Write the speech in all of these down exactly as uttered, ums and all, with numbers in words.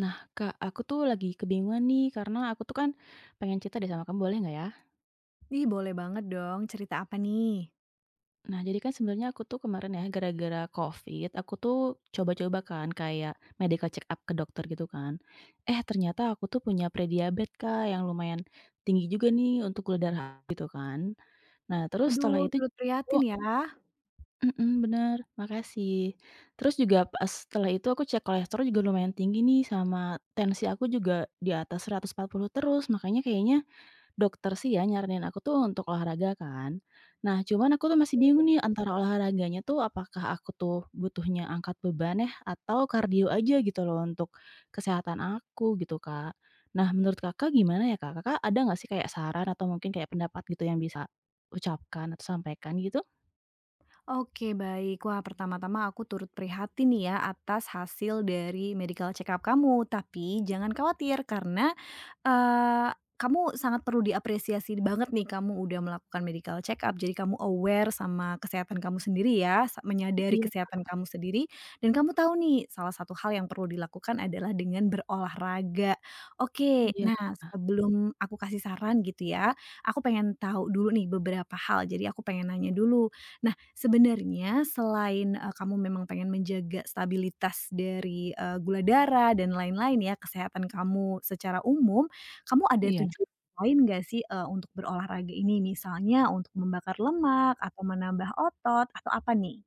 Nah, Kak, aku tuh lagi kebingungan nih karena aku tuh kan pengen cerita deh sama kamu boleh nggak ya? Ih, boleh banget dong, cerita apa nih? Nah, jadi kan sebenarnya aku tuh kemarin ya gara-gara COVID, aku tuh coba-coba kan kayak medical check up ke dokter gitu kan. Eh, ternyata aku tuh punya prediabetes Kak yang lumayan tinggi juga nih untuk gula darah gitu kan. Nah, terus setelah Aduh, itu. turut Oh, prihatin ya. mm bener, makasih. Terus juga pas setelah itu aku cek kolesterol juga lumayan tinggi nih sama tensi aku juga di atas seratus empat puluh terus, makanya kayaknya Dokter sih ya nyaranin aku tuh untuk olahraga kan. Nah cuman aku tuh masih Oke. bingung nih antara olahraganya tuh apakah aku tuh butuhnya angkat beban ya atau kardio aja gitu loh untuk kesehatan aku gitu Kak. Nah menurut Kakak gimana ya Kak? Kakak ada nggak sih kayak saran atau mungkin kayak pendapat gitu yang bisa ucapkan atau sampaikan gitu? Oke baik. Wah pertama-tama aku turut prihatin nih ya atas hasil dari medical check up kamu, tapi jangan khawatir karena, eee, kamu sangat perlu diapresiasi banget nih kamu udah melakukan medical check up, jadi kamu aware sama kesehatan kamu sendiri ya, sa menyadari Iya, Kak. kesehatan kamu sendiri dan kamu tahu nih salah satu hal yang perlu dilakukan adalah dengan berolahraga. Oke, iya, nah sebelum aku kasih saran gitu ya, aku pengen tahu dulu nih beberapa hal, jadi aku pengen nanya dulu. Sebenarnya selain, eee, kamu memang pengen menjaga stabilitas dari, eee, gula darah dan lain-lain ya, kesehatan kamu secara umum, kamu ada iya. tujuan lain nggak sih, eee, untuk berolahraga ini? Misalnya untuk membakar lemak atau menambah otot atau apa nih?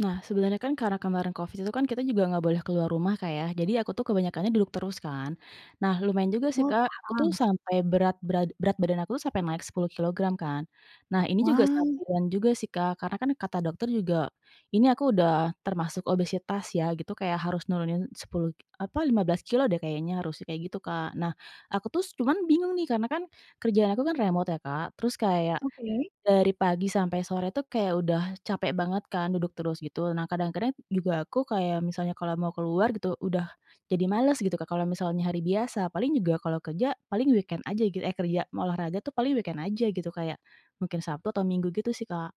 Nah, sebenarnya kan karena kemarin Covid itu kan kita juga nggak boleh keluar rumah Kak ya, jadi aku tuh kebanyakannya duduk terus kan. Nah lumayan juga sih Oh Kak, aku tuh paham. sampai berat berat berat badan aku tuh sampai naik sepuluh kilogram kan. Nah ini juga Wah, sampiran juga sih Kak, karena kan kata dokter juga, ini aku udah termasuk obesitas ya gitu, kayak harus nurunin sepuluh apa lima belas kilo deh kayaknya harusnya kayak gitu Kak. Nah aku tuh cuman bingung nih karena kan kerjaan aku kan remote ya Kak, terus kayak oke. dari pagi sampai sore tuh kayak udah capek banget kan duduk terus gitu. Nah kadang-kadang juga aku kayak misalnya kalau mau keluar gitu udah jadi males gitu Kak, kalau misalnya hari biasa. Paling juga kalau kerja paling weekend aja gitu, eh kerja mau olahraga tuh paling weekend aja gitu kayak mungkin Sabtu atau Minggu gitu sih Kak,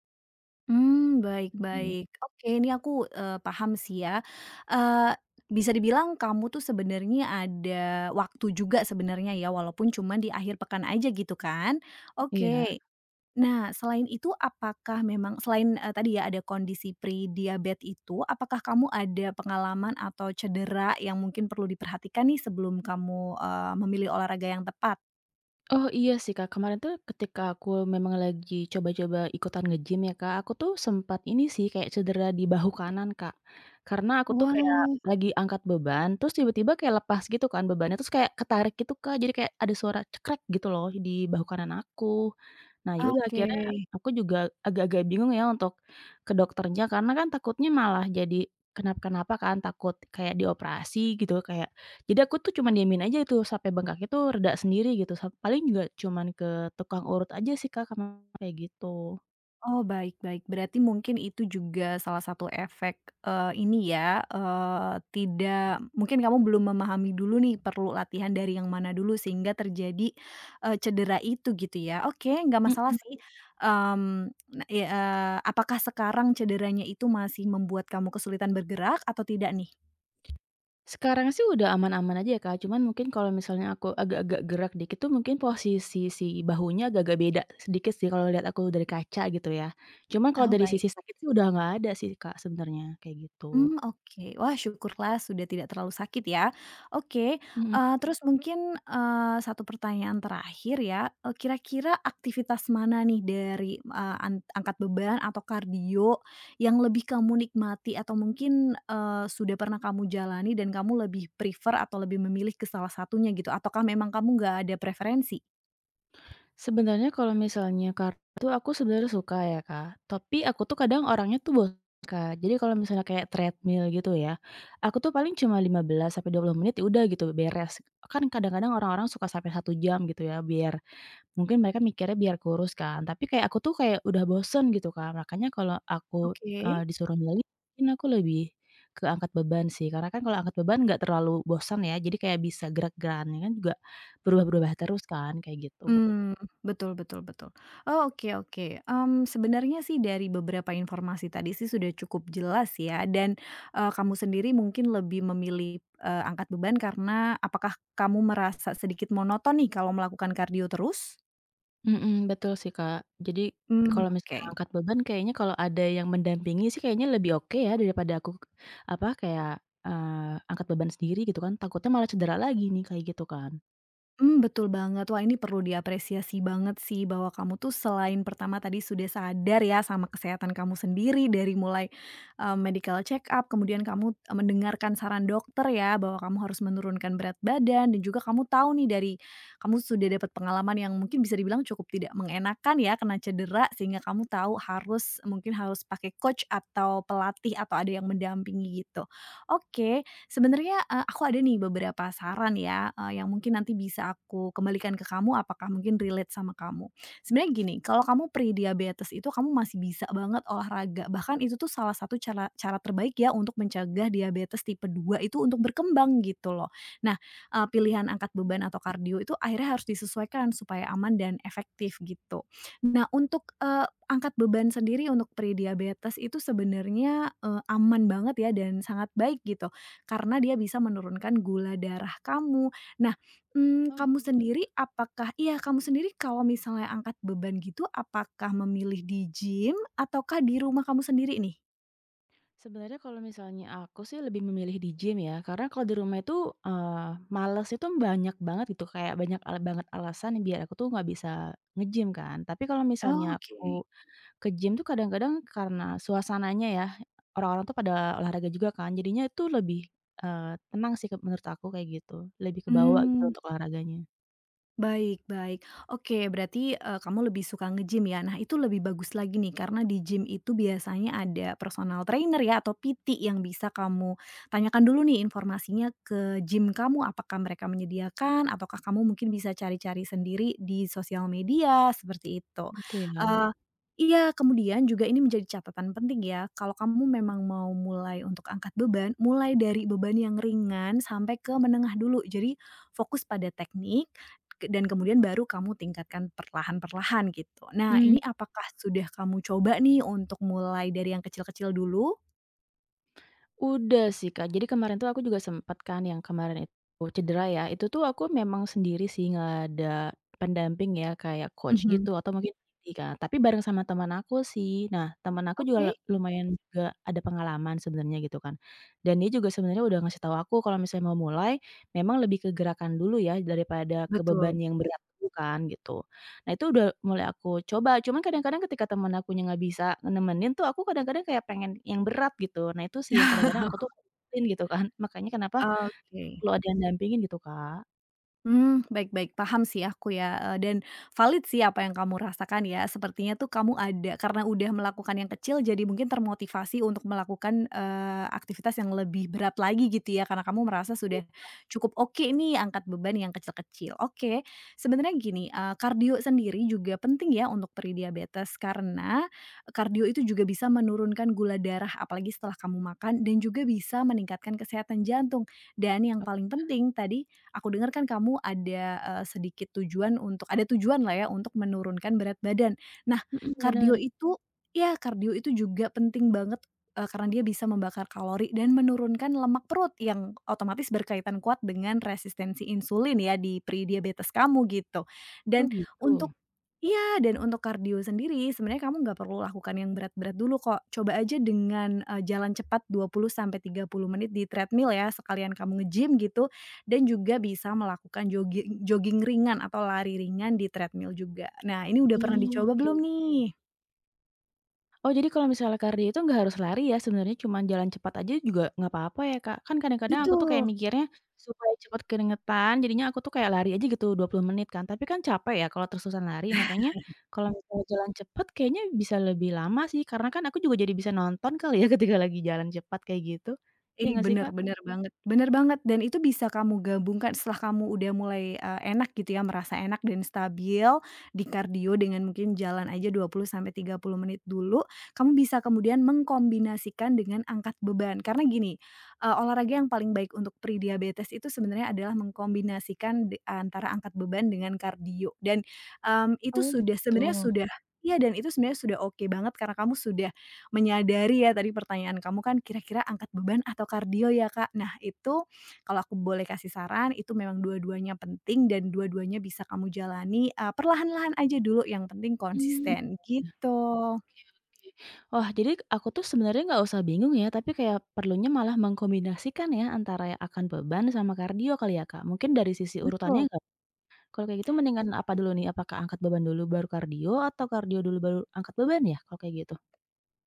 Mmm, baik gitu sih. baik. Oke, ini aku, eee, paham sih ya. Eee, Bisa dibilang kamu tuh sebenarnya ada waktu juga sebenarnya ya, walaupun cuma di akhir pekan aja gitu kan? Iya. Oke. Nah, selain itu apakah memang selain, eee, tadi ya ada kondisi pre-diabetes itu, apakah kamu ada pengalaman atau cedera yang mungkin perlu diperhatikan nih sebelum kamu, eee, memilih olahraga yang tepat? Oh iya sih Kak, kemarin tuh ketika aku memang lagi coba-coba ikutan nge-gym ya Kak, aku tuh sempat ini sih kayak cedera di bahu kanan Kak. Karena aku tuh Wah, kayak lagi angkat beban, terus tiba-tiba kayak lepas gitu kan bebannya, terus kayak ketarik gitu Kak, jadi kayak ada suara cekrek gitu loh di bahu kanan aku. Nah yaudah oke. akhirnya aku juga agak-agak bingung ya untuk ke dokternya, karena kan takutnya malah jadi kenapa-kenapa kan, takut kayak dioperasi gitu, kayak jadi aku tuh cuman diamin aja itu sampai bengkaknya tuh reda sendiri gitu, sa paling juga cuman ke tukang urut aja sih, Kak, karena kayak gitu. Oh, baik baik. Berarti mungkin itu juga salah satu efek, eee, ini ya, eee, tidak mungkin kamu belum memahami dulu nih perlu latihan dari yang mana dulu sehingga terjadi, eee, cedera itu gitu ya. Oke, nggak masalah Mhm. sih, mmm, nah ya, eee, apakah sekarang cederanya itu masih membuat kamu kesulitan bergerak atau tidak nih? Sekarang sih udah aman-aman aja ya, Kak, cuman mungkin kalau misalnya aku agak-agak gerak dikit tuh mungkin posisi si bahunya agak-agak beda sedikit sih kalau lihat aku dari kaca gitu ya. Cuman kalau Oh, dari baik. sisi sakit sih udah nggak ada sih, Kak, sebenarnya, kayak gitu. Mmm, oke. Wah, syukurlah sudah tidak terlalu sakit ya. Oke, Mhm. eee, terus mungkin, eee, satu pertanyaan terakhir ya, eee, kira-kira aktivitas mana nih dari, eee, an angkat beban atau kardio yang lebih kamu nikmati atau mungkin, eee, sudah pernah kamu jalani dan kamu lebih prefer atau lebih memilih ke salah satunya gitu? Ataukah memang kamu nggak ada preferensi? Sebenarnya kalau misalnya kartu aku sebenarnya suka ya, Kak, tapi aku tuh kadang orangnya tuh bosan, Kak. Jadi kalau misalnya kayak treadmill gitu ya, aku tuh paling cuma lima belas sampai dua puluh menit ya udah gitu beres. Kan kadang-kadang orang-orang suka sampai satu jam gitu ya biar mungkin mereka mikirnya biar kurus kan, tapi kayak aku tuh kayak udah bosen gitu, Kak. Makanya kalau aku, eee, Oke. disuruh milih mungkin aku lebih ke angkat beban sih, karena kan kalau angkat beban nggak terlalu bosan ya, jadi kayak bisa gerak geraknya kan juga berubah-berubah terus kan, kayak gitu. Mmm, betul betul betul. Oh, oke oke. Mmm, sebenarnya sih dari beberapa informasi tadi sih sudah cukup jelas ya dan, eee, kamu sendiri mungkin lebih memilih, eee, angkat beban karena apakah kamu merasa sedikit monoton nih kalau melakukan kardio terus? Mhm, betul sih, Kak. Jadi Mmm, kalau oke. misalnya angkat beban kayaknya kalau ada yang mendampingi sih kayaknya lebih oke ya daripada aku, apa, kayak, eee, angkat beban sendiri gitu kan, takutnya malah cedera lagi nih kayak gitu kan. Hmm betul banget. Wah, ini perlu diapresiasi banget sih bahwa kamu tuh selain pertama tadi sudah sadar ya sama kesehatan kamu sendiri dari mulai, eee, medical check up, kemudian kamu, eee, mendengarkan saran dokter ya bahwa kamu harus menurunkan berat badan dan juga kamu tahu nih dari kamu sudah dapat pengalaman yang mungkin bisa dibilang cukup tidak mengenakan ya, kena cedera sehingga kamu tahu harus mungkin harus pakai coach atau pelatih atau ada yang mendampingi gitu. Oke, Sebenarnya, eee, aku ada nih beberapa saran ya, eee, yang mungkin nanti bisa aku kembalikan ke kamu apakah mungkin relate sama kamu. Sebenarnya gini, kalau kamu pre-diabetes itu kamu masih bisa banget olahraga, bahkan itu tuh salah satu cara cara terbaik ya untuk mencegah diabetes tipe dua itu untuk berkembang gitu loh. Nah, eee, pilihan angkat beban atau kardio itu akhirnya harus disesuaikan supaya aman dan efektif gitu. Nah untuk, eee, angkat beban sendiri untuk pre-diabetes itu sebenarnya, eee, aman banget ya dan sangat baik gitu karena dia bisa menurunkan gula darah kamu. Nah, mmm, Oh kamu gitu. sendiri apakah iya kamu sendiri kalau misalnya angkat beban gitu apakah memilih di gym ataukah di rumah kamu sendiri nih? Sebenarnya kalau misalnya aku sih lebih memilih di gym ya, karena kalau di rumah itu, eee, males itu banyak banget gitu, kayak banyak al banget alasan biar aku tuh nggak bisa nge-gym kan. Tapi kalau misalnya Oke, aku Ke gym tuh kadang-kadang karena suasananya ya, orang-orang tuh pada olahraga juga kan, jadinya itu lebih, eee, tenang sih ke menurut aku kayak gitu, lebih kebawa gitu mmm. untuk olahraganya, Baik baik. Oke, berarti, eee, kamu lebih suka nge-gym ya. Nah, itu lebih bagus lagi nih karena di gym itu biasanya ada personal trainer ya atau P T yang bisa kamu tanyakan dulu nih informasinya ke gym kamu, apakah mereka menyediakan ataukah kamu mungkin bisa cari-cari sendiri di sosial media, seperti itu. gitu ya. Eee iya, kemudian juga ini menjadi catatan penting ya, kalau kamu memang mau mulai untuk angkat beban, mulai dari beban yang ringan sampai ke menengah dulu. Jadi fokus pada teknik ke dan kemudian baru kamu tingkatkan perlahan-perlahan gitu. Nah, Mmm. ini apakah sudah kamu coba nih untuk mulai dari yang kecil-kecil dulu? Udah sih, Kak. Jadi kemarin tuh aku juga sempet kan yang kemarin itu cedera ya, itu tuh aku memang sendiri sih, nggak ada pendamping ya, kayak coach Mhm, gitu atau mungkin P T Kak, tapi bareng sama teman aku sih. Nah, teman aku juga le oke, lumayan juga ada pengalaman sebenarnya gitu kan, dan dia juga sebenarnya udah ngasih tahu aku kalau misalnya mau mulai, memang lebih ke gerakan dulu ya daripada ke beban betul. yang berat dulu kan, gitu. Nah itu udah mulai aku coba, cuman kadang-kadang ketika temen akunya nggak bisa nemenin tuh aku kadang-kadang kayak pengen yang berat gitu. Nah itu sih yang kadang-kadang aku tuh ngikutin gitu kan, makanya kenapa Oke. perlu ada yang dampingin gitu, Kak. Hmm, baik baik, paham sih aku ya, eee, dan valid sih apa yang kamu rasakan ya. Sepertinya tuh kamu ada karena udah melakukan yang kecil jadi mungkin termotivasi untuk melakukan, eee, aktivitas yang lebih berat lagi gitu ya, karena kamu merasa Iya. sudah cukup oke nih angkat beban yang kecil-kecil. Oke, sebenarnya gini, eee, kardio sendiri juga penting ya untuk pre-diabetes karena kardio itu juga bisa menurunkan gula darah apalagi setelah kamu makan dan juga bisa meningkatkan kesehatan jantung. Dan yang paling penting tadi Aku dengar kan kamu ada, eee, sedikit tujuan untuk ada tujuan lah ya untuk menurunkan berat badan. Nah, Mhm, kardio bener. itu ya kardio itu juga penting banget, eee, karena dia bisa membakar kalori dan menurunkan lemak perut yang otomatis berkaitan kuat dengan resistensi insulin ya di pre-diabetes kamu gitu. Oh Dan gitu? untuk Iya, dan untuk kardio sendiri sebenarnya kamu nggak perlu lakukan yang berat-berat dulu kok. Coba aja dengan, eee, jalan cepat dua puluh sampai tiga puluh menit di treadmill ya, sekalian kamu nge-gym gitu, dan juga bisa melakukan jogging jogging ringan atau lari ringan di treadmill juga. Nah, ini udah pernah Oh, dicoba belum oke. nih? Oh, jadi kalau misalnya kardio itu nggak harus lari ya, sebenarnya cuman jalan cepat aja juga nggak apa-apa ya, Kak? Kan kadang-kadang aku tuh kayak Betul. mikirnya, supaya cepat keringetan jadinya aku tuh kayak lari aja gitu dua puluh menit kan, tapi kan capek ya kalau terus-terusan lari, makanya kalau misalnya jalan cepat kayaknya bisa lebih lama sih, karena kan aku juga jadi bisa nonton kali ya ketika lagi jalan cepat kayak gitu, iya Ih, nggak sih, Kak? bener bener banget bener banget dan itu bisa kamu gabungkan setelah kamu udah mulai, eee, enak gitu ya, merasa enak dan stabil di kardio dengan mungkin jalan aja dua puluh sampai tiga puluh menit dulu, kamu bisa kemudian mengkombinasikan dengan angkat beban. Karena gini, eee, olahraga yang paling baik untuk pre-diabetes itu sebenarnya adalah mengkombinasikan de antara angkat beban dengan kardio dan, mmm, itu Oh sudah gitu. sebenarnya Mhm. sudah iya, dan itu sebenarnya sudah oke banget karena kamu sudah menyadari ya tadi pertanyaan kamu kan kira-kira angkat beban atau kardio ya, Kak. Nah itu kalau aku boleh kasih saran itu memang dua-duanya penting dan dua-duanya bisa kamu jalani, eee, perlahan-lahan aja dulu yang penting Mmm. konsisten gitu. Oke. Wah, jadi aku tuh sebenarnya nggak usah bingung ya, tapi kayak perlunya malah mengkombinasikan ya antara yang akan beban sama kardio kali ya, Kak? Mungkin dari sisi Betul. urutannya nggak? Kalau kayak gitu mendingan apa dulu nih, apakah angkat beban dulu baru kardio atau kardio dulu baru angkat beban ya kalau kayak gitu?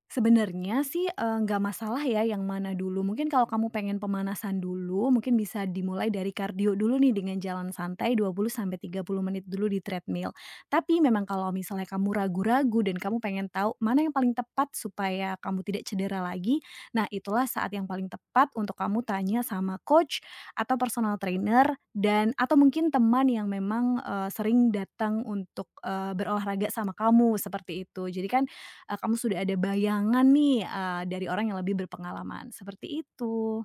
Sebenarnya sih, eee, nggak masalah ya yang mana dulu. Mungkin kalau kamu pengen pemanasan dulu, mungkin bisa dimulai dari kardio dulu nih dengan jalan santai dua puluh sampai tiga puluh menit dulu di treadmill. Tapi memang kalau misalnya kamu ragu-ragu dan kamu pengen tahu mana yang paling tepat supaya kamu tidak cedera lagi, nah itulah saat yang paling tepat untuk kamu tanya sama coach atau personal trainer dan atau mungkin teman yang memang, eee, sering datang untuk, eee, berolahraga sama kamu, seperti itu. Jadi kan eee, kamu sudah ada bayangan nih, eee, dari orang yang lebih berpengalaman, seperti itu.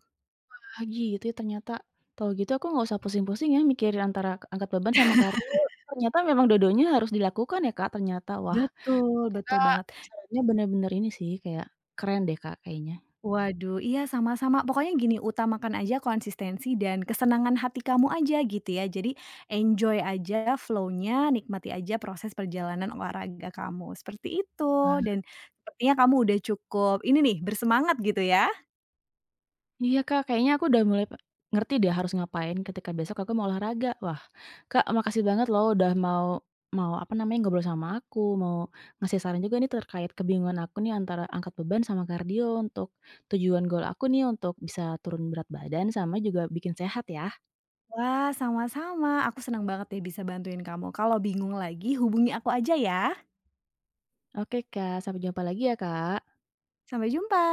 Ah, gitu ya ternyata. Kalau gitu aku nggak usah pusing-pusing ya mikirin antara k- angkat beban sama kardio, ternyata memang dodonya harus dilakukan ya, Kak, ternyata. Wah, Betul, betul banget. sarannya bener-bener ini sih kayak keren deh, Kak, kayaknya. Waduh, iya sama-sama. Pokoknya gini, utamakan aja konsistensi dan kesenangan hati kamu aja gitu ya. Jadi enjoy aja flow-nya, nikmati aja proses perjalanan olahraga kamu, seperti itu. Wah. Dan sepertinya kamu udah cukup ini nih, bersemangat gitu ya. Iya, Kak, kayaknya aku udah mulai pe ngerti deh harus ngapain ketika besok aku mau olahraga. Wah, Kak, makasih banget loh udah mau mau apa namanya, ngobrol sama aku, mau ngasih saran juga nih terkait kebingungan aku nih antara angkat beban sama kardio untuk tujuan goal aku nih untuk bisa turun berat badan sama juga bikin sehat ya. Wah, sama-sama. Aku senang banget ya bisa bantuin kamu. Kalau bingung lagi hubungi aku aja ya. Oke, Kak, sampai jumpa lagi ya, Kak. Sampai jumpa.